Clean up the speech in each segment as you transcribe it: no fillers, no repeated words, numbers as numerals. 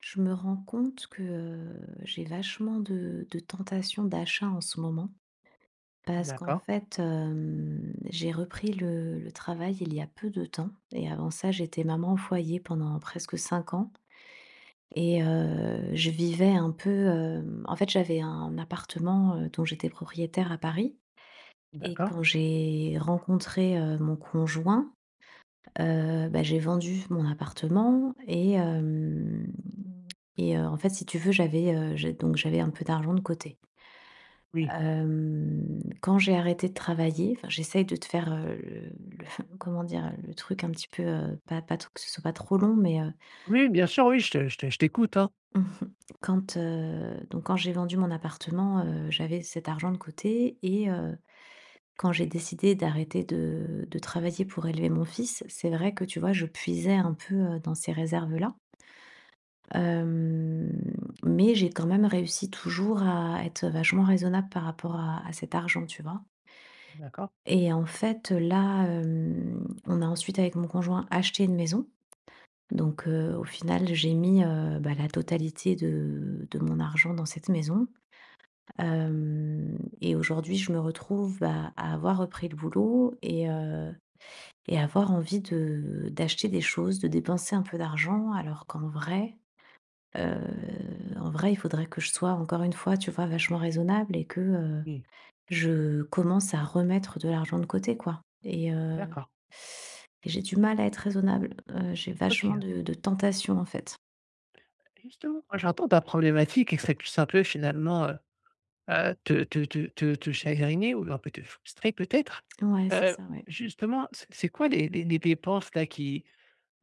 Je me rends compte que, j'ai vachement de tentations d'achat en ce moment parce qu'en D'accord, fait, j'ai repris le travail il y a peu de temps et avant ça, j'étais maman au foyer pendant presque 5 ans et je vivais un peu, en fait, j'avais un appartement, dont j'étais propriétaire à Paris et d'accord. quand j'ai rencontré, mon conjoint, bah, j'ai vendu mon appartement et hem et en fait, si tu veux, j'ai donc j'avais un peu d'argent de côté. Oui. Quand j'ai arrêté de travailler, enfin, j'essaye de te faire, le comment dire? Le truc un petit peu, pas trop, que ce soit pas trop long, mais, Oui, bien sûr, oui, je t'écoute, hein. quand, donc quand j'ai vendu mon appartement, j'avais cet argent de côté et quand j'ai décidé d'arrêter de travailler pour élever mon fils, c'est vrai que, tu vois, je puisais un peu, dans ces réserves-là. Hem, mais j'ai quand même réussi toujours à être vachement raisonnable par rapport à cet argent, tu vois? D'accord, Et en fait, là, on a ensuite avec mon conjoint acheté une maison. Donc, au final, j'ai mis, bah, la totalité de mon argent dans cette maison. Et aujourd'hui, je me retrouve, bah, à avoir repris le boulot et avoir envie de d'acheter des choses, de dépenser un peu d'argent alors qu'en vrai, Heu, en vrai, il faudrait que je sois encore une fois, tu vois, vachement raisonnable et que, oui, je commence à remettre de l'argent de côté, quoi, et d'accord. et j'ai du mal à être raisonnable. J'ai vachement OK. de tentations, en fait. Justement, moi, j'entends ta problématique et que ça puisse un peu finalement, te chagriner ou un peu te frustrer peut-être. Ouais, c'est heu, ça, ouais. Justement, c'est quoi les les dépenses là qui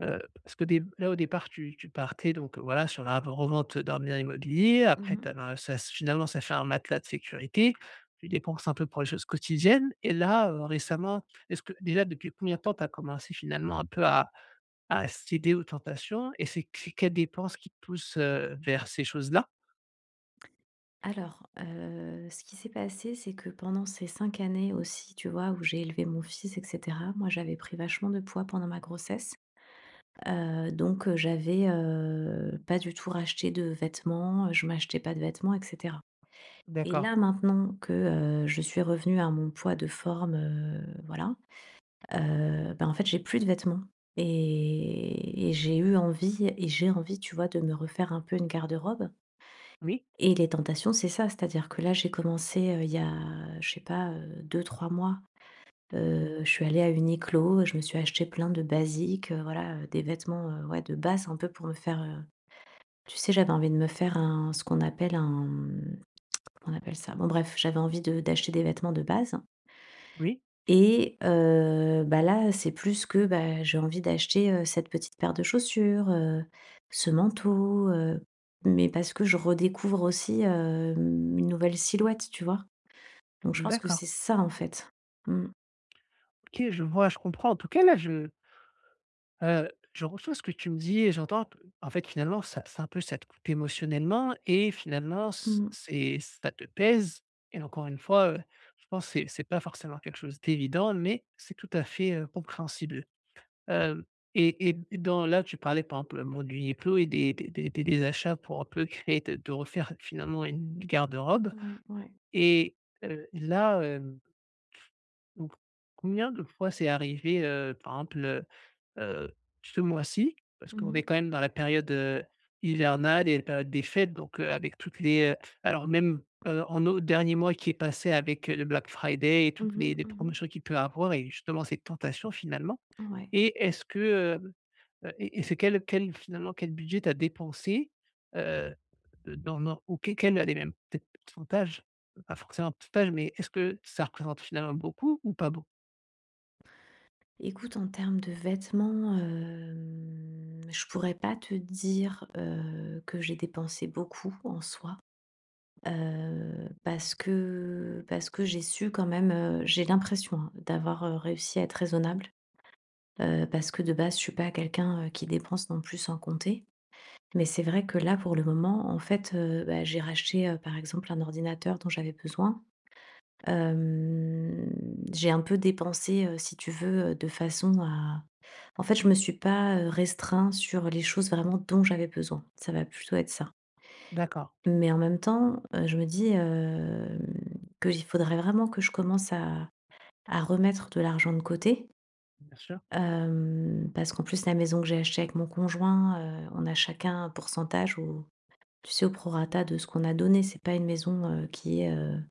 Heu, parce que dé là, au départ, tu partais donc voilà sur la revente d'un bien immobilier. Après Mmh. tu as ben, ça finalement, ça fait un matelas de sécurité. Tu dépenses un peu pour les choses quotidiennes et là, récemment, est-ce que déjà depuis combien de temps tu as commencé finalement un peu à céder aux tentations et c'est quelles dépenses qui te poussent, vers ces choses-là? Alors, ce qui s'est passé, c'est que pendant ces 5 années aussi, tu vois, où j'ai élevé mon fils et cetera, moi, j'avais pris vachement de poids pendant ma grossesse. J'avais, pas du tout racheté de vêtements, je m'achetais pas de vêtements etc. Et D'accord. là, maintenant que, je suis revenue à mon poids de forme, voilà, bah, en fait, j'ai plus de vêtements et j'ai eu envie et j'ai envie, tu vois, de me refaire un peu une garde-robe, Oui, et les tentations, c'est ça, c'est-à-dire que là, j'ai commencé, il y a, je sais pas, 2-3 mois, je suis allée à Uniqlo, je me suis acheté plein de basiques, voilà, des vêtements, ouais, de base un peu pour me faire, heu, tu sais, j'avais envie de me faire un, ce qu'on appelle un, on appelle ça? Bon bref, j'avais envie de d'acheter des vêtements de base, oui, et bah, là, c'est plus que, bah, j'ai envie d'acheter, cette petite paire de chaussures, ce manteau, mais parce que je redécouvre aussi, une nouvelle silhouette, tu vois? Donc je pense que d'accord. c'est ça, en fait. Mmh. OK, je vois, je comprends. En tout cas, là, je reçois ce que tu me dis et j'entends que en fait, finalement, ça c'est un peu ça te coupe émotionnellement et finalement c Mmh. c'est ça te pèse. Et encore une fois, je pense que c'est pas forcément quelque chose d'évident, mais c'est tout à fait, compréhensible. Hem Et dans là, tu parlais par exemple, bon, du Uniqlo et des achats pour un peu créer de refaire finalement une garde-robe. Ouais, ouais. Et là, donc combien de fois c'est arrivé, par exemple, heu, ce mois-ci, parce Mmh qu'on mh. est quand même dans la période, hivernale et la période des fêtes. Donc avec toutes les, alors même, en au dernier mois qui est passé avec, le Black Friday et toutes Mmh. les Mmh. promotions qu'il peut avoir et justement cette tentation finalement. Ouais. Et est-ce que, et c'est quel finalement quel budget tu as dépensé, heu, dans ou que quel allez même peut-être pourcentage? Pas forcément un pourcentage, mais est-ce que ça représente finalement beaucoup ou pas beaucoup. Écoute, en termes de vêtements, je pourrais pas te dire, que j'ai dépensé beaucoup en soi. Parce que j'ai su quand même, j'ai l'impression, hein, d'avoir, réussi à être raisonnable, parce que de base, je suis pas quelqu'un, qui dépense non plus sans compter. Mais c'est vrai que là, pour le moment, en fait, bah, j'ai racheté, par exemple, un ordinateur dont j'avais besoin. Hem, j'ai un peu dépensé, si tu veux, de façon à, en fait, je me suis pas, restreint sur les choses vraiment dont j'avais besoin. Ça va plutôt être ça. D'accord, Mais en même temps, je me dis, que il faudrait vraiment que je commence à remettre de l'argent de côté, bien sûr. Parce qu'en plus la maison que j'ai achetée avec mon conjoint, on a chacun un pourcentage au, tu sais, au prorata de ce qu'on a donné. C'est pas une maison, qui est,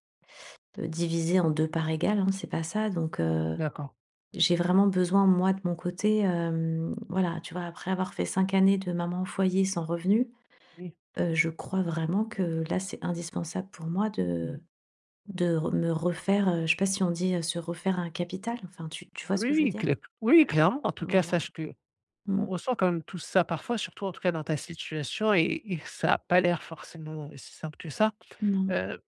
divisée en 2 parts égales, hein, c'est pas ça, donc D'accord. j'ai vraiment besoin, moi, de mon côté, voilà, tu vois? Après avoir fait 5 années de maman au foyer sans revenu, Oui. Je crois vraiment que là, c'est indispensable pour moi De re me refaire, je sais pas si on dit, se refaire un capital? Enfin, tu vois ce que Oui, je veux oui, dire? cl oui, oui, clairement. En tout cas, Voilà. sache que on Mmh. ressent quand même tous ça parfois, surtout en tout cas dans ta situation et ça a pas l'air forcément si simple que ça. Non. Heu,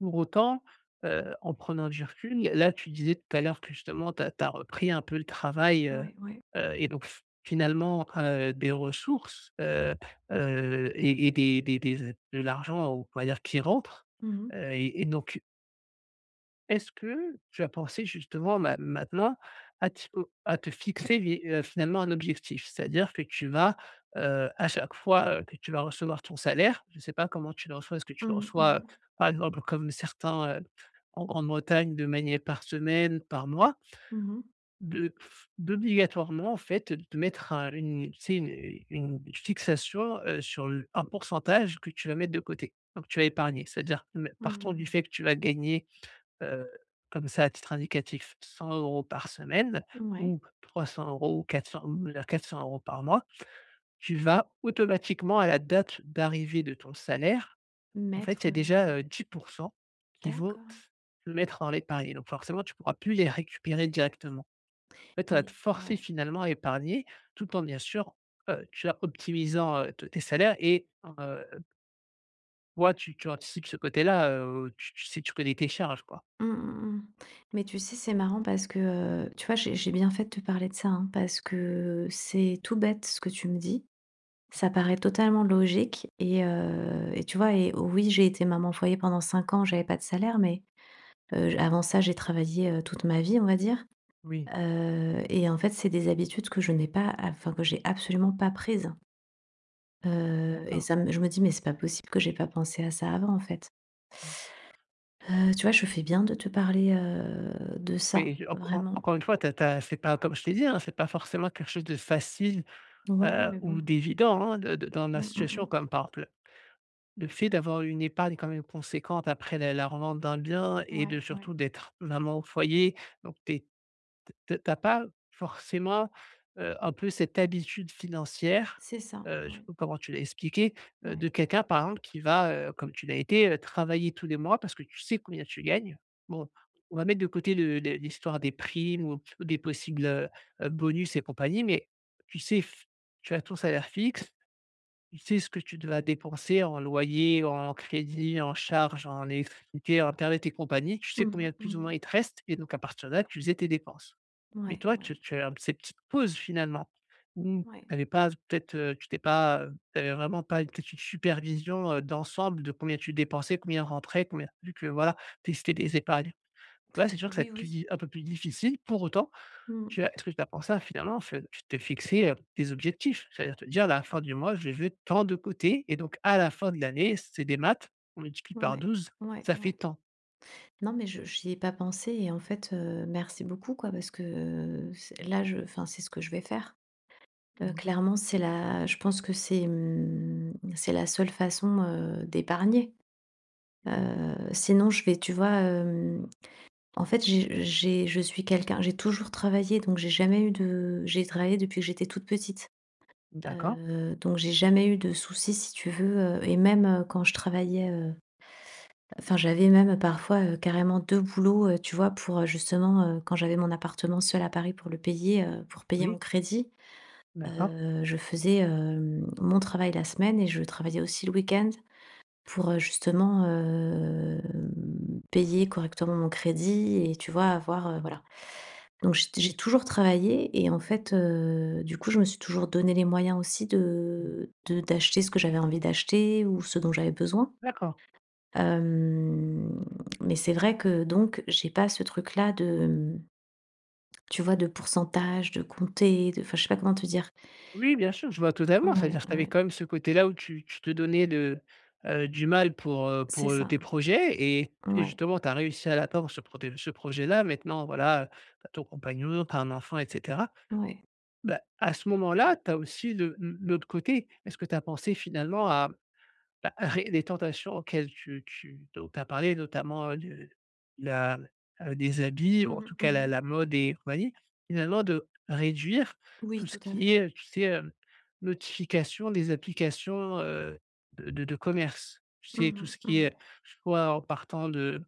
pour autant, en prenant du recul, là, tu disais tout à l'heure que justement, tu as repris un peu le travail. Ouais, ouais. Donc f finalement, des ressources. Et des de l'argent, on va dire qui rentre. Mmh mh. Et donc est-ce que tu as pensé justement ma maintenant à ti à te fixer vi finalement un objectif? C'est-à-dire que tu vas, à chaque fois, que tu vas recevoir ton salaire. Je ne sais pas comment tu le reçois, est-ce que tu Mmh le mh, reçois, mmh. par exemple comme certains, en Grande-Bretagne de manière par semaine, par mois? Mmh. De D'obligatoirement en fait, de te mettre un une tu sais, une fixation, sur le un pourcentage que tu vas mettre de côté, donc tu vas épargner. C'est-à-dire, me partons du Mmh. fait que tu vas gagner heu, comme ça à titre indicatif, 100 euros par semaine Ouais. ou 300 euros ou 400 ou la 400 € par mois. Tu vas automatiquement à la date d'arrivée de ton salaire, en fait, il y Mettre, a heu, déjà, 10 qui vont d'accord. se mettre dans l'épargne. Donc forcément, tu ne pourras plus les récupérer directement. En fait, ça va Mais te forcer ouais. finalement à épargner tout en bien sûr, tu vois, optimisant, te tes salaires et heu ouais, tu anticipes ce côté-là, tu sais, tu connais tes charges, quoi. Mmh mh, mmh. Mais tu sais, c'est marrant parce que, tu vois, j'ai bien fait de te parler de ça, hein, parce que c'est tout bête ce que tu me dis. Ça paraît totalement logique et tu vois et oui, j'ai été maman au foyer pendant 5 ans, j'avais pas de salaire, mais, j avant ça, j'ai travaillé, toute ma vie, on va dire, Oui, et en fait, c'est des habitudes que je n'ai pas, enfin, que j'ai absolument pas prises, et d'accord. ça me, je me dis: «Mais c'est pas possible que j'ai pas pensé à ça avant, en fait». Tu vois, je fais bien de te parler, de ça, Oui, je encore vraiment. encore une fois, t'as as c'est pas comme je t'ai dit, hein, c'est pas forcément quelque chose de facile, Ouais, mais bon. ou d'évident, hein, de dans la Mmh, mmh, mmh. situation comme par exemple, le fait d'avoir une épargne quand même conséquente après la revente d'un bien et de Ouais, surtout ouais. d'être maman au foyer. Donc tu as pas forcément, un peu cette habitude financière. C'est ça, Je sais oui. pas comment tu l'as expliqué, de Ouais. quelqu'un par exemple qui va, comme tu l'as été, travailler tous les mois parce que tu sais combien tu gagnes. Bon, on va mettre de côté le l'histoire des primes ou des possibles, bonus et compagnie. Mais tu sais f tu as ton salaire fixe, tu sais ce que tu vas dépenser en loyer, en crédit, en charges, en électricité, internet et compagnie. Tu Mmh sais mh, combien plus ou mmh. moins il te reste et donc à partir de là, tu faisais tes dépenses. Mais Ouais, toi, ouais, tu as ces petites pauses finalement, où ouais. tu avais pas peut-être, tu t'es pas, tu vraiment pas une petite supervision, d'ensemble de combien tu dépensais, combien rentrait, combien vu que voilà, tu es c'était des épargnes. Là, c'est sûr que ça Oui, te oui. dit un peu plus difficile. Pour autant, Mmh. tu as est-ce que tu as pensé à finalement f tu t'es fixé, des objectifs? C'est-à-dire te dire: «À la fin du mois, je veux tant de côté» et donc à la fin de l'année, c'est des maths, on multiplie par Ouais. 12, Ouais, ça fait ouais. tant. Non, mais je n'y ai pas pensé et en fait, merci beaucoup, quoi, parce que, c'est là, je, enfin, c'est ce que je vais faire. Mmh. Clairement, c'est la je pense que c'est, c'est la seule façon, d'épargner. Sinon je vais, tu vois, en fait, j'ai je suis quelqu'un, j'ai toujours travaillé, donc j'ai jamais eu de, j'ai travaillé depuis que j'étais toute petite. D'accord. Donc j'ai jamais eu de soucis si tu veux, et même, quand je travaillais, enfin, j'avais même parfois, carrément 2 boulots, tu vois? Pour, justement, quand j'avais mon appartement seul à Paris pour le payer, pour payer mon Oui. crédit, D'accord. Je faisais, mon travail la semaine et je travaillais aussi le week-end pour, justement, payer correctement mon crédit et tu vois? Avoir, Mmh. voilà. Donc j'ai toujours travaillé et en fait, du coup, je me suis toujours donné les moyens aussi Oui. De d'acheter ce que j'avais envie d'acheter ou ce dont j'avais besoin. D'accord. Hem, mais c'est vrai que donc j'ai pas ce truc-là de, tu vois, de pourcentage, de compter, de, enfin, je sais pas comment te dire. Oui, bien sûr, je vois totalement. Ouais, C'est-à-dire que tu avais ouais, quand même ce côté-là où tu te donnais le, du mal c'est pour, ça. tes projets et Ouais, justement tu as réussi à l'atteindre ce projet-là. Maintenant voilà, tu as ton compagnon, tu as un enfant, et cetera. ouais. Bah, à ce moment-là, tu as aussi le l'autre côté. Est-ce que tu as pensé finalement à Bah, ré les tentations auxquelles tu dont tu as parlé, notamment, le la les habits ou Mmh en mh, tout cas la mmh. la mode et compagnie, finalement de réduire Oui, tout ce tout à fait. qui est, tu sais, notification des applications, de commerce. Tu Mmh sais, tout mh, ce qui mmh. est soit en partant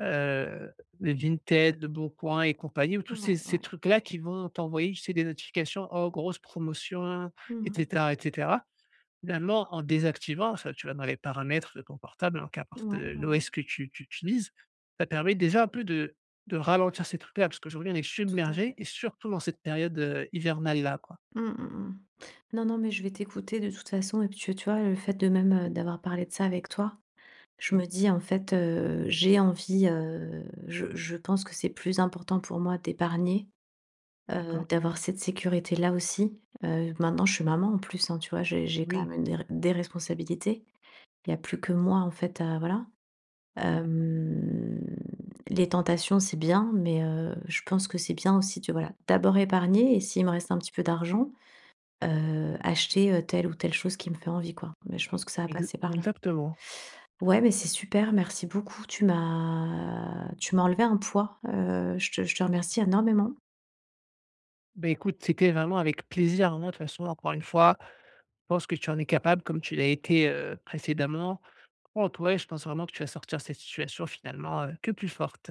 heu, de Vinted, de Boncoin et compagnie, ou tous ces Ouais, ces ouais. trucs-là qui vont t'envoyer, tu sais, des notifications: «Oh, grosse promotion», et Mmh. cetera, et cetera. Finalement, en désactivant ça, tu vas dans les paramètres de ton portable, hein, qu'importe, Ouais, ouais, ouais, l'OS que tu utilises, ça permet déjà un peu de ralentir ces trucs-là, parce qu'aujourd'hui, on est tout à submergés fait. et surtout dans cette période, hivernale-là, quoi. Mmh mh, mmh. Non, non, mais je vais t'écouter de toute façon et puis tu vois, le fait de même, d'avoir parlé de ça avec toi, je me Mmh, dis en fait, j'ai envie, je pense que c'est plus important pour moi d'épargner, d'accord. d'avoir cette sécurité-là aussi. Maintenant je suis maman en plus, hein, tu vois? J'ai quand Oui. même une, des responsabilités. Il y a plus que moi en fait à, voilà. Bah, Hem, les tentations c'est bien, mais je pense que c'est bien aussi de, voilà, d'abord épargner et s'il me reste un petit peu d'argent, acheter, telle ou telle chose qui me fait envie, quoi. Mais je pense que ça va ex passer par là. exactement. Ouais, mais c'est super, merci beaucoup. Tu m'as enlevé un poids, je te remercie énormément. Ben écoute, c'était vraiment avec plaisir, hein, de toute façon, encore une fois, je pense que tu en es capable comme tu l'as été, précédemment. En toi je pense vraiment que tu vas sortir de cette situation finalement, que plus forte.